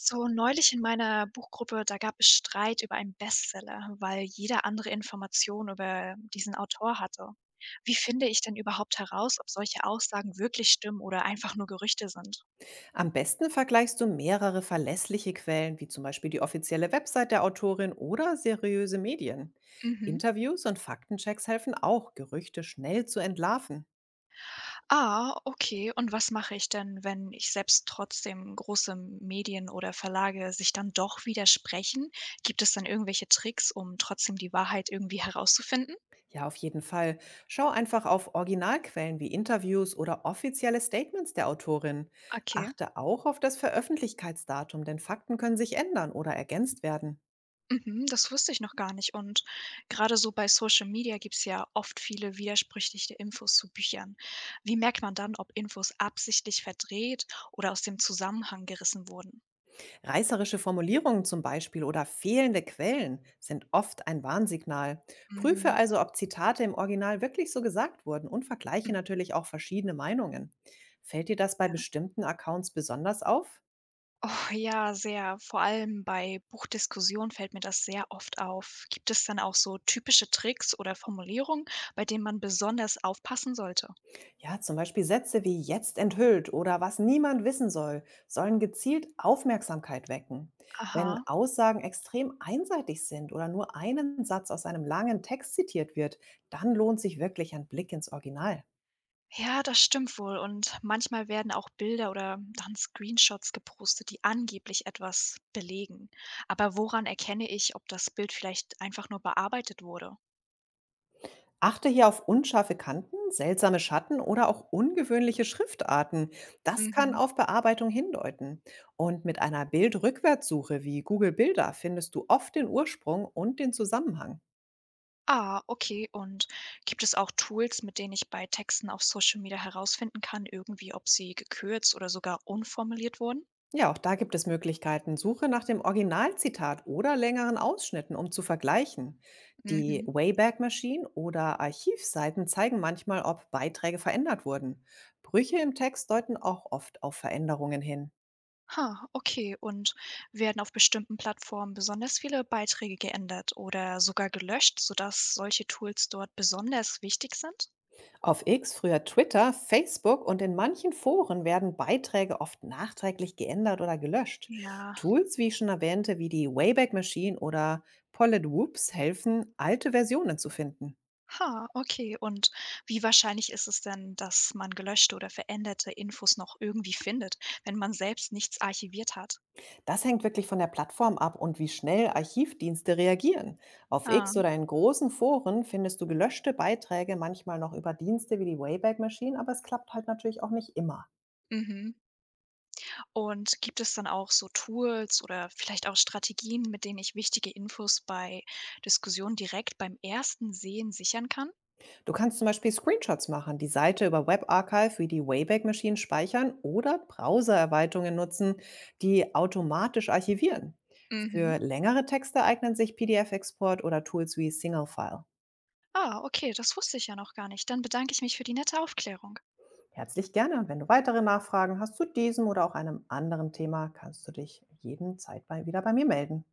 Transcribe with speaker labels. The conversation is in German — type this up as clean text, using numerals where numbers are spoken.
Speaker 1: So, neulich in meiner Buchgruppe, da gab es Streit über einen Bestseller, weil jeder andere Informationen über diesen Autor hatte. Wie finde ich denn überhaupt heraus, ob solche Aussagen wirklich stimmen oder einfach nur Gerüchte sind?
Speaker 2: Am besten vergleichst du mehrere verlässliche Quellen, wie zum Beispiel die offizielle Website der Autorin oder seriöse Medien.
Speaker 1: Mhm.
Speaker 2: Interviews und Faktenchecks helfen auch, Gerüchte schnell zu entlarven.
Speaker 1: Ah, okay. Und was mache ich denn, wenn ich selbst trotzdem große Medien oder Verlage sich dann doch widersprechen? Gibt es dann irgendwelche Tricks, um trotzdem die Wahrheit irgendwie herauszufinden?
Speaker 2: Ja, auf jeden Fall. Schau einfach auf Originalquellen wie Interviews oder offizielle Statements der Autorin.
Speaker 1: Okay.
Speaker 2: Achte auch auf das Veröffentlichkeitsdatum, denn Fakten können sich ändern oder ergänzt werden.
Speaker 1: Mhm, das wusste ich noch gar nicht. Und gerade so bei Social Media gibt es ja oft viele widersprüchliche Infos zu Büchern. Wie merkt man dann, ob Infos absichtlich verdreht oder aus dem Zusammenhang gerissen wurden?
Speaker 2: Reißerische Formulierungen zum Beispiel oder fehlende Quellen sind oft ein Warnsignal. Prüfe
Speaker 1: Mhm.
Speaker 2: also, ob Zitate im Original wirklich so gesagt wurden, und vergleiche
Speaker 1: Mhm.
Speaker 2: natürlich auch verschiedene Meinungen. Fällt dir das bei
Speaker 1: Ja.
Speaker 2: bestimmten Accounts besonders auf?
Speaker 1: Oh ja, sehr. Vor allem bei Buchdiskussionen fällt mir das sehr oft auf. Gibt es dann auch so typische Tricks oder Formulierungen, bei denen man besonders aufpassen sollte?
Speaker 2: Ja, zum Beispiel Sätze wie jetzt enthüllt oder was niemand wissen soll, sollen gezielt Aufmerksamkeit wecken. Wenn
Speaker 1: Aha.
Speaker 2: Aussagen extrem einseitig sind oder nur einen Satz aus einem langen Text zitiert wird, dann lohnt sich wirklich ein Blick ins Original.
Speaker 1: Ja, das stimmt wohl. Und manchmal werden auch Bilder oder dann Screenshots gepostet, die angeblich etwas belegen. Aber woran erkenne ich, ob das Bild vielleicht einfach nur bearbeitet wurde?
Speaker 2: Achte hier auf unscharfe Kanten, seltsame Schatten oder auch ungewöhnliche Schriftarten. Das kann
Speaker 1: Mhm.
Speaker 2: auf Bearbeitung hindeuten. Und mit einer Bildrückwärtssuche wie Google Bilder findest du oft den Ursprung und den Zusammenhang.
Speaker 1: Ah, okay. Und gibt es auch Tools, mit denen ich bei Texten auf Social Media herausfinden kann, irgendwie, ob sie gekürzt oder sogar unformuliert wurden?
Speaker 2: Ja, auch da gibt es Möglichkeiten. Suche nach dem Originalzitat oder längeren Ausschnitten, um zu vergleichen. Die
Speaker 1: Mhm.
Speaker 2: Wayback Machine oder Archivseiten zeigen manchmal, ob Beiträge verändert wurden. Brüche im Text deuten auch oft auf Veränderungen hin.
Speaker 1: Ha, okay. Und werden auf bestimmten Plattformen besonders viele Beiträge geändert oder sogar gelöscht, sodass solche Tools dort besonders wichtig sind?
Speaker 2: Auf X, früher Twitter, Facebook und in manchen Foren werden Beiträge oft nachträglich geändert oder gelöscht.
Speaker 1: Ja.
Speaker 2: Tools, wie ich schon erwähnte, wie die Wayback Machine oder Polydwhoops helfen, alte Versionen zu finden.
Speaker 1: Ha, okay. Und wie wahrscheinlich ist es denn, dass man gelöschte oder veränderte Infos noch irgendwie findet, wenn man selbst nichts archiviert hat?
Speaker 2: Das hängt wirklich von der Plattform ab und wie schnell Archivdienste reagieren. Auf
Speaker 1: Ah,
Speaker 2: X oder in großen Foren findest du gelöschte Beiträge manchmal noch über Dienste wie die Wayback Machine, aber es klappt halt natürlich auch nicht immer.
Speaker 1: mhm. Und gibt es dann auch so Tools oder vielleicht auch Strategien, mit denen ich wichtige Infos bei Diskussionen direkt beim ersten Sehen sichern kann?
Speaker 2: Du kannst zum Beispiel Screenshots machen, die Seite über WebArchive wie die Wayback Machine speichern oder Browser-Erweiterungen nutzen, die automatisch archivieren.
Speaker 1: Mhm.
Speaker 2: Für längere Texte eignen sich PDF-Export oder Tools wie Singlefile.
Speaker 1: Ah, okay, das wusste ich ja noch gar nicht. Dann bedanke ich mich für die nette Aufklärung.
Speaker 2: Herzlich gerne. Wenn du weitere Nachfragen hast zu diesem oder auch einem anderen Thema, kannst du dich jeden Zeit bei, wieder bei mir melden.